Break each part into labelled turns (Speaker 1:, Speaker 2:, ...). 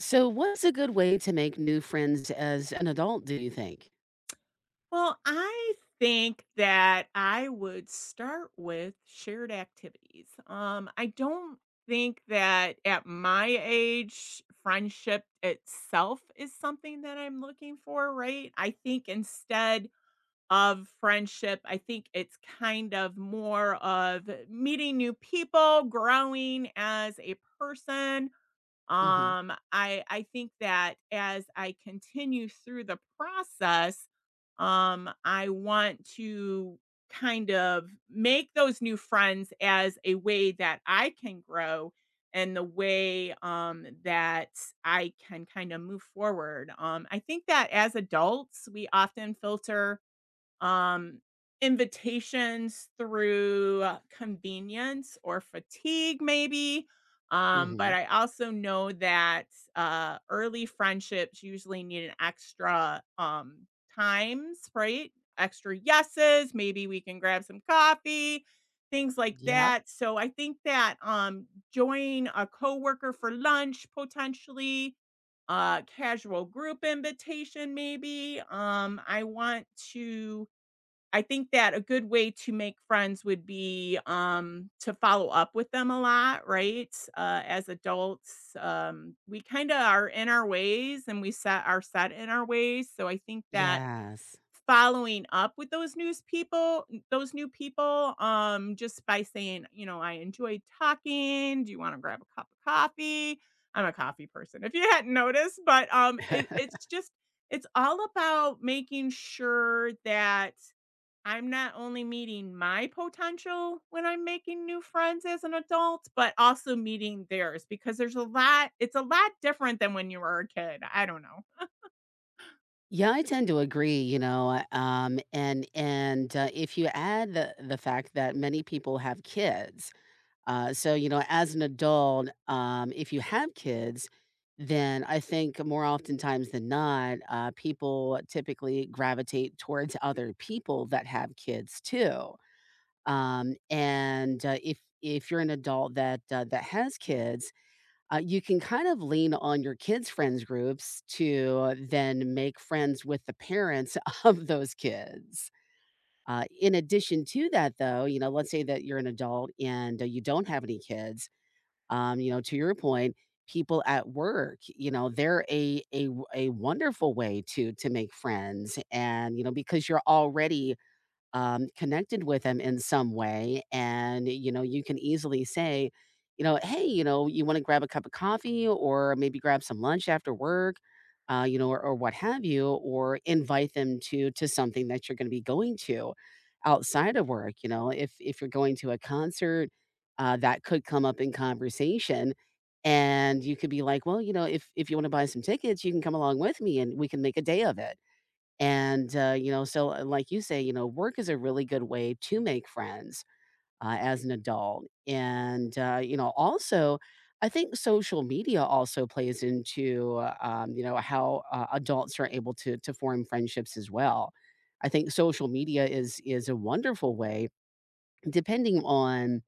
Speaker 1: So, what's a good way to make new friends as an adult, do you think?
Speaker 2: Well, I think that I would start with shared activities. I don't think that at my age, friendship itself is something that I'm looking for, right? I think instead of friendship, I think it's kind of more of meeting new people, growing as a person,
Speaker 1: Mhm,
Speaker 2: I think that as I continue through the process, I want to kind of make those new friends as a way that I can grow and the way that I can kind of move forward. I think that as adults, we often filter um, invitations through convenience or fatigue, maybe. But
Speaker 1: mhm.
Speaker 2: I also know that early friendships usually need an extra times, right? Extra yeses. Maybe we can grab some coffee, things like
Speaker 1: Yep.
Speaker 2: that. So I think that join a coworker for lunch potentially, casual group invitation, maybe. I want to I think that a good way to make friends would be, to follow up with them a lot, right? As adults, we kinda are in our ways and we set are set in our ways, so I think that
Speaker 1: Yes.
Speaker 2: following up with those new people, just by saying, you know, "I enjoyed talking, do you wanna grab a cup of coffee?" I'm a coffee person, if you hadn't noticed, but, it's just it's all about making sure that I'm not only meeting my potential when I'm making new friends as an adult, but also meeting theirs because there's a lot it's a lot different than when you were a kid. I don't know.
Speaker 1: Yeah, I tend to agree, and if you add the fact that many people have kids, so as an adult, if you have kids, then I think more oftentimes than not, people typically gravitate towards other people that have kids too. And if you're an adult that has kids, you can kind of lean on your kids' friends groups to then make friends with the parents of those kids. In addition to that, though, you know, let's say that you're an adult and you don't have any kids. You know, to your point, people at work, you know, they're a wonderful way to make friends, and you know, because you're already connected with them in some way. And, you know, you can easily say, you know, hey, you know, you want to grab a cup of coffee or maybe grab some lunch after work, or or what have you, or invite them to something that you're going to be going to outside of work. You know, if you're going to a concert, that could come up in conversation. And you could be like, well, you know, if you want to buy some tickets, you can come along with me and we can make a day of it and, so like you say, you know, work is a really good way to make friends as an adult. And, you know, also, I think social media also plays into, you know, how adults are able to form friendships as well. I think social media is a wonderful way, depending on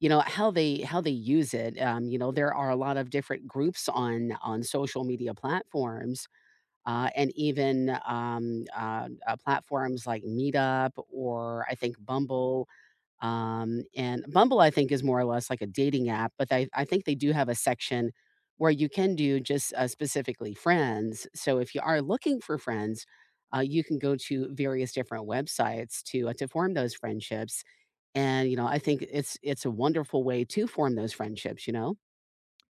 Speaker 1: you know how they use it. You know, there are a lot of different groups on social media platforms and even platforms like Meetup or I think Bumble. And Bumble, I think, is more or less like a dating app, but I think they do have a section where you can do just specifically friends. So if you are looking for friends, you can go to various different websites to form those friendships. And you know, I think it's a wonderful way to form those friendships. You know.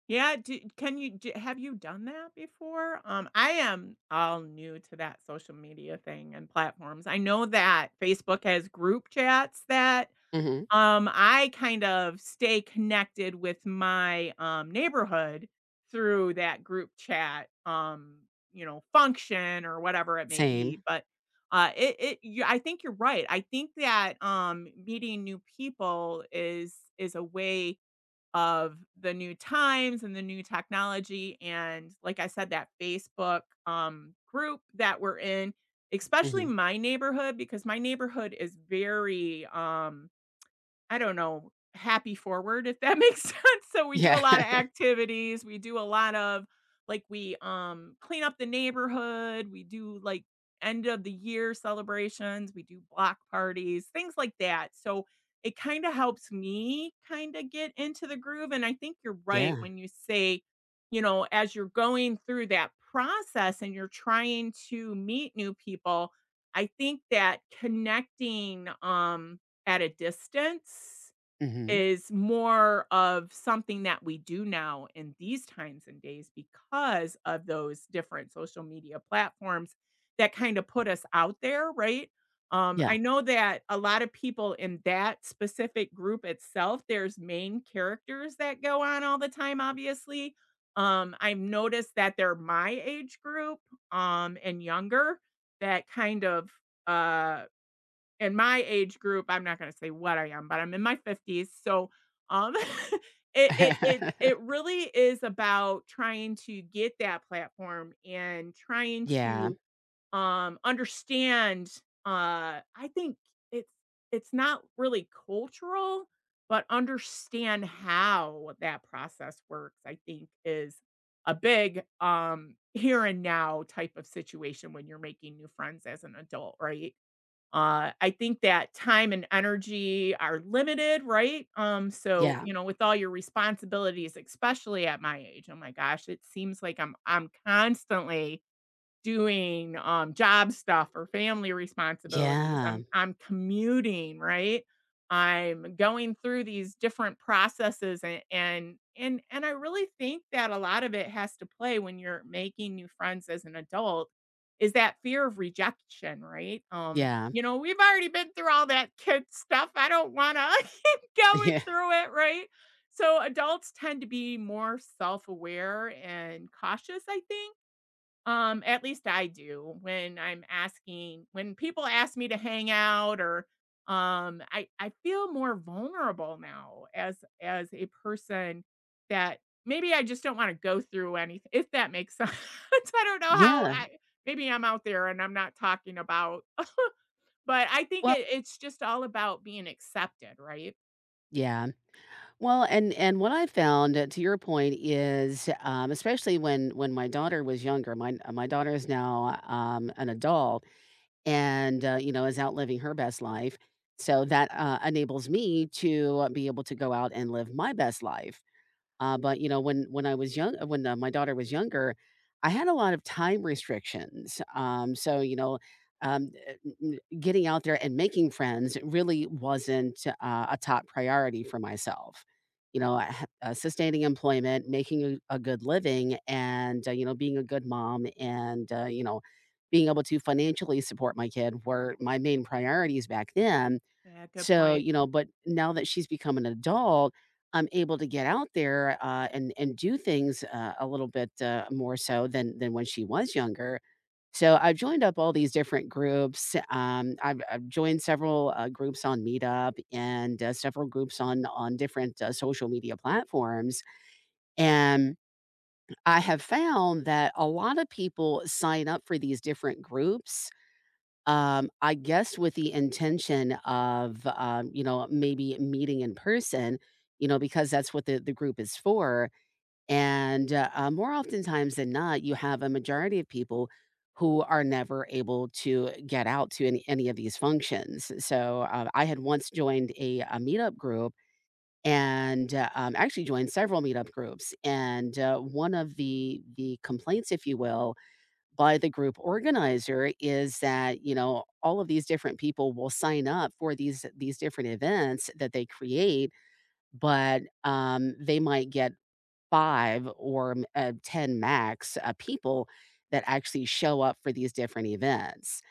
Speaker 2: Yeah, do, can you d have you done that before? I am all new to that social media thing and platforms. I know that Facebook has group chats that
Speaker 1: Hmm.
Speaker 2: I kind of stay connected with my, neighborhood through that group chat, function or whatever it may
Speaker 1: Same.
Speaker 2: be, but, it it you I think you're right. I think that, meeting new people is a way of the new times and the new technology, and like I said, that Facebook, group that we're in, especially
Speaker 1: Hmm.
Speaker 2: my neighborhood because my neighborhood is very, I don't know, happy forward, if that makes sense. So we do
Speaker 1: Yeah.
Speaker 2: a lot of activities. We do a lot of like we clean up the neighborhood, we do like end of the year celebrations, we do block parties, things like that. So it kind of helps me kind of get into the groove and I think you're right
Speaker 1: Yeah.
Speaker 2: when you say, you know, as you're going through that process and you're trying to meet new people, I think that connecting at a distance
Speaker 1: Hmm.
Speaker 2: is more of something that we do now in these times and days because of those different social media platforms that kind of put us out there, right?
Speaker 1: Yeah.
Speaker 2: I know that a lot of people in that specific group itself, there's main characters that go on all the time, obviously. I've noticed that they're my age group and younger that kind of uh, in my age group, I'm not gonna say what I am, but I'm in my 50s, so, um, it really is about trying to get that platform and trying
Speaker 1: Yeah,
Speaker 2: to, understand, I think it's it's not really cultural, but understand how that process works, I think is a big, here and now type of situation when you're making new friends as an adult, right? I think that time and energy are limited, right? So
Speaker 1: yeah,
Speaker 2: you know, with all your responsibilities, especially at my age, oh my gosh, it seems like I'm constantly doing, job stuff or family responsibilities.
Speaker 1: yeah,
Speaker 2: I'm commuting, right? I'm going through these different processes and I really think that a lot of it has to play when you're making new friends as an adult is that fear of rejection, right?
Speaker 1: yeah.
Speaker 2: You know, we've already been through all that kid stuff. I don't wanna keep going
Speaker 1: Yeah.
Speaker 2: through it, right? So adults tend to be more self-aware and cautious, I think at least I do when I'm asking when people ask me to hang out or I feel more vulnerable now as a person that maybe I just don't want to go through anything if that makes sense. I don't know how
Speaker 1: Yeah.
Speaker 2: I maybe I'm out there and I'm not talking about but I think
Speaker 1: Well,
Speaker 2: it's just all about being accepted, right?
Speaker 1: yeah. Well, and what I found, to your point, is especially when my daughter was younger. My daughter is now an adult, and you know, is out living her best life. So that enables me to be able to go out and live my best life. But you know, when I was young, when my daughter was younger, I had a lot of time restrictions. Getting out there and making friends really wasn't a top priority for myself. You know, sustaining employment, making a good living, and you know, being a good mom, and you know, being able to financially support my kid were my main priorities back then.
Speaker 2: Yeah, good
Speaker 1: So,
Speaker 2: point.
Speaker 1: you know, but now that she's become an adult, I'm able to get out there, and and do things, a little bit, more so than when she was younger. So I've joined up all these different groups. I've joined several, groups on Meetup and, several groups on different, social media platforms, and I have found that a lot of people sign up for these different groups I guess with the intention of, you know, maybe meeting in person, you know, because that's what the group is for. And more oftentimes than not, you have a majority of people who are never able to get out to any of these functions. So I had once joined a meetup group and actually joined several meetup groups. And one of the complaints, if you will, by the group organizer is that you know all of these different people will sign up for these different events that they create but they might get ten max people that actually show up for these different events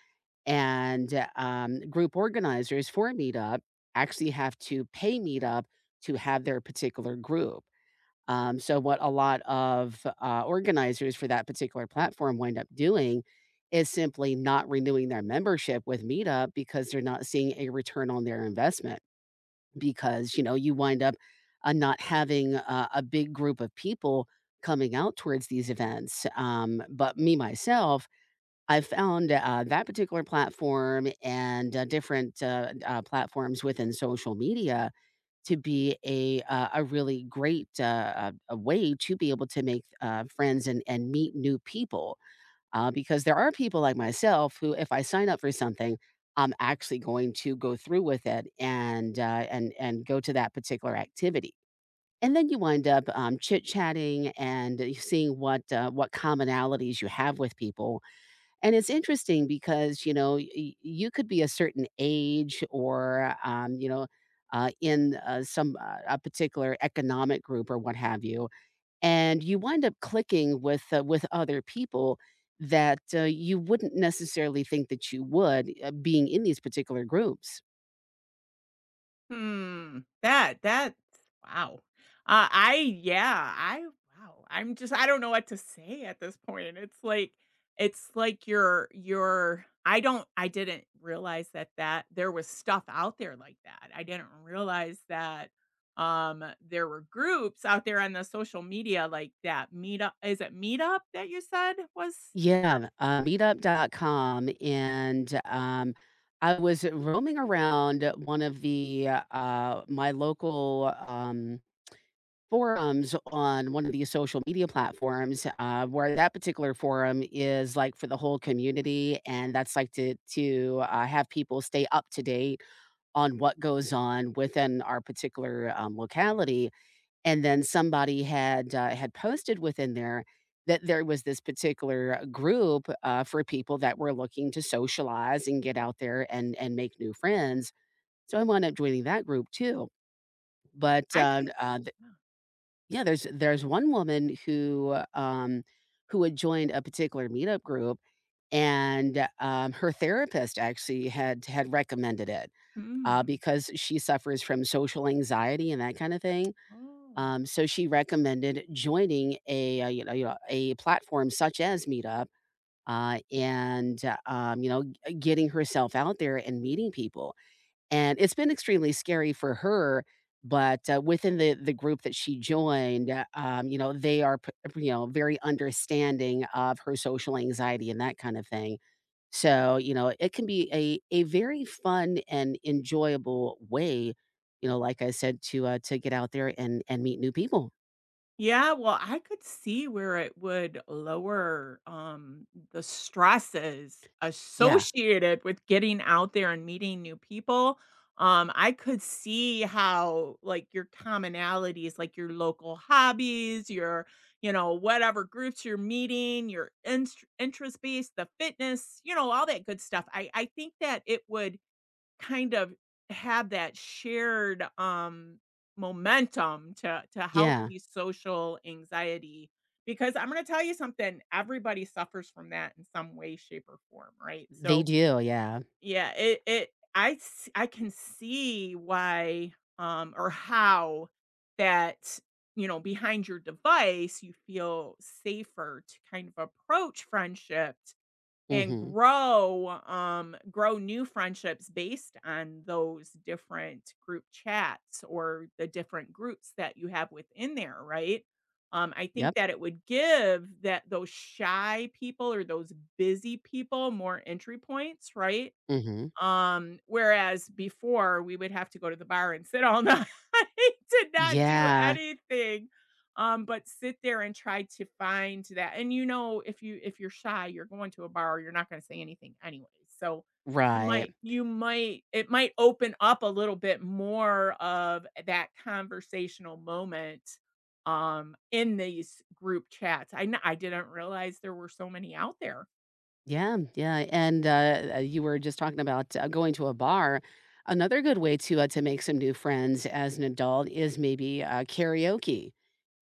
Speaker 1: and group organizers for meetup actually have to pay meetup to have their particular group. So what a lot of, organizers for that particular platform wind up doing is simply not renewing their membership with Meetup because they're not seeing a return on their investment. Because, you know, you wind up, not having a big group of people coming out towards these events. But me myself, I found, that particular platform and, different platforms within social media to be a really great a way to be able to make friends and meet new people because there are people like myself who, if I sign up for something, I'm actually going to go through with it and and and go to that particular activity. And then you wind up chit chatting and seeing what commonalities you have with people, and it's interesting because, you know, y you could be a certain age or, you know, in a particular economic group or what have you, and you wind up clicking with other people that, you wouldn't necessarily think that you would, being in these particular groups.
Speaker 2: Hmm, that's wow. I yeah, I wow. I'm just I don't know what to say at this point. It's like you're I didn't realize that there was stuff out there like that. I didn't realize that there were groups out there on the social media like that meetup is it meetup that you said was
Speaker 1: Yeah, meetup.com, and, I was roaming around one of the, my local, forums on one of these social media platforms, where that particular forum is like for the whole community, and that's like to have people stay up to date on what goes on within our particular, locality, and then somebody had, had posted within there that there was this particular group, for people that were looking to socialize and get out there and make new friends, so I wound up joining that group too, but,
Speaker 2: I can't oh,
Speaker 1: yeah, there's one woman who had joined a particular meetup group, and, her therapist actually had recommended it,
Speaker 2: hmm.
Speaker 1: because she suffers from social anxiety and that kind of thing,
Speaker 2: Oh.
Speaker 1: so she recommended joining you know, you know, a platform such as Meetup, and you know, g getting herself out there and meeting people. And it's been extremely scary for her, but, within the group that she joined, you know, they are p you know, very understanding of her social anxiety and that kind of thing. So, you know, it can be a very fun and enjoyable way, you know, like I said, to get out there and meet new people.
Speaker 2: Yeah, well, I could see where it would lower, the stresses
Speaker 1: Yeah.
Speaker 2: associated with getting out there and meeting new people. I could see how, like, your commonalities, like your local hobbies, your, you know, whatever groups you're meeting, your inst interest base, the fitness, you know, all that good stuff. I think that it would kind of had that shared, momentum to help
Speaker 1: Yeah.
Speaker 2: these social anxiety because I'm gonna tell you something, everybody suffers from that in some way, shape, or form, right?
Speaker 1: They
Speaker 2: So,
Speaker 1: do, yeah.
Speaker 2: yeah, I can see why, or how that you know behind your device you feel safer to kind of approach friendship and
Speaker 1: Mhm.
Speaker 2: grow new friendships based on those different group chats or the different groups that you have within there, right? Um, I think
Speaker 1: Yep.
Speaker 2: that it would give that those shy people or those busy people more entry points, right?
Speaker 1: Mhm.
Speaker 2: Um, whereas before we would have to go to the bar and sit all night to not do
Speaker 1: Yeah.
Speaker 2: anything, but sit there and try to find that. And you know, if you if you're shy, you're going to a bar, you're not going to say anything anyway. So you
Speaker 1: Right.
Speaker 2: might you might it might open up a little bit more of that conversational moment in these group chats. I didn't realize there were so many out there.
Speaker 1: Yeah, yeah, and, you were just talking about, going to a bar. Another good way to make some new friends as an adult is maybe, karaoke.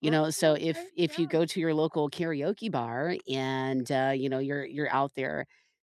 Speaker 1: You
Speaker 2: Oh,
Speaker 1: know, so
Speaker 2: okay.
Speaker 1: if you
Speaker 2: Yeah.
Speaker 1: go to your local karaoke bar and, you know, you're out there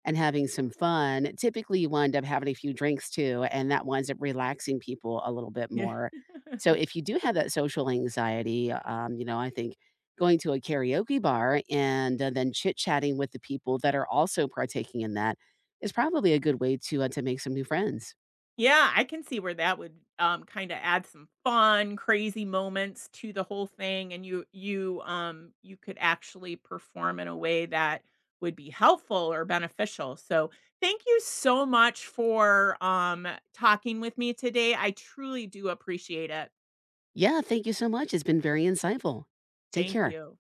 Speaker 1: and having some fun, typically you wind up having a few drinks too, and that winds up relaxing people a little bit
Speaker 2: Yeah.
Speaker 1: more. So if you do have that social anxiety, you know, I think going to a karaoke bar and, then chit-chatting with the people that are also partaking in that is probably a good way to make some new friends.
Speaker 2: Yeah, I can see where that would, kinda add some fun, crazy moments to the whole thing, and you could actually perform in a way that would be helpful or beneficial, so thank you so much for, talking with me today, I truly do appreciate it.
Speaker 1: Yeah, thank you so much. It's been very insightful. Take
Speaker 2: Thank
Speaker 1: care.
Speaker 2: you.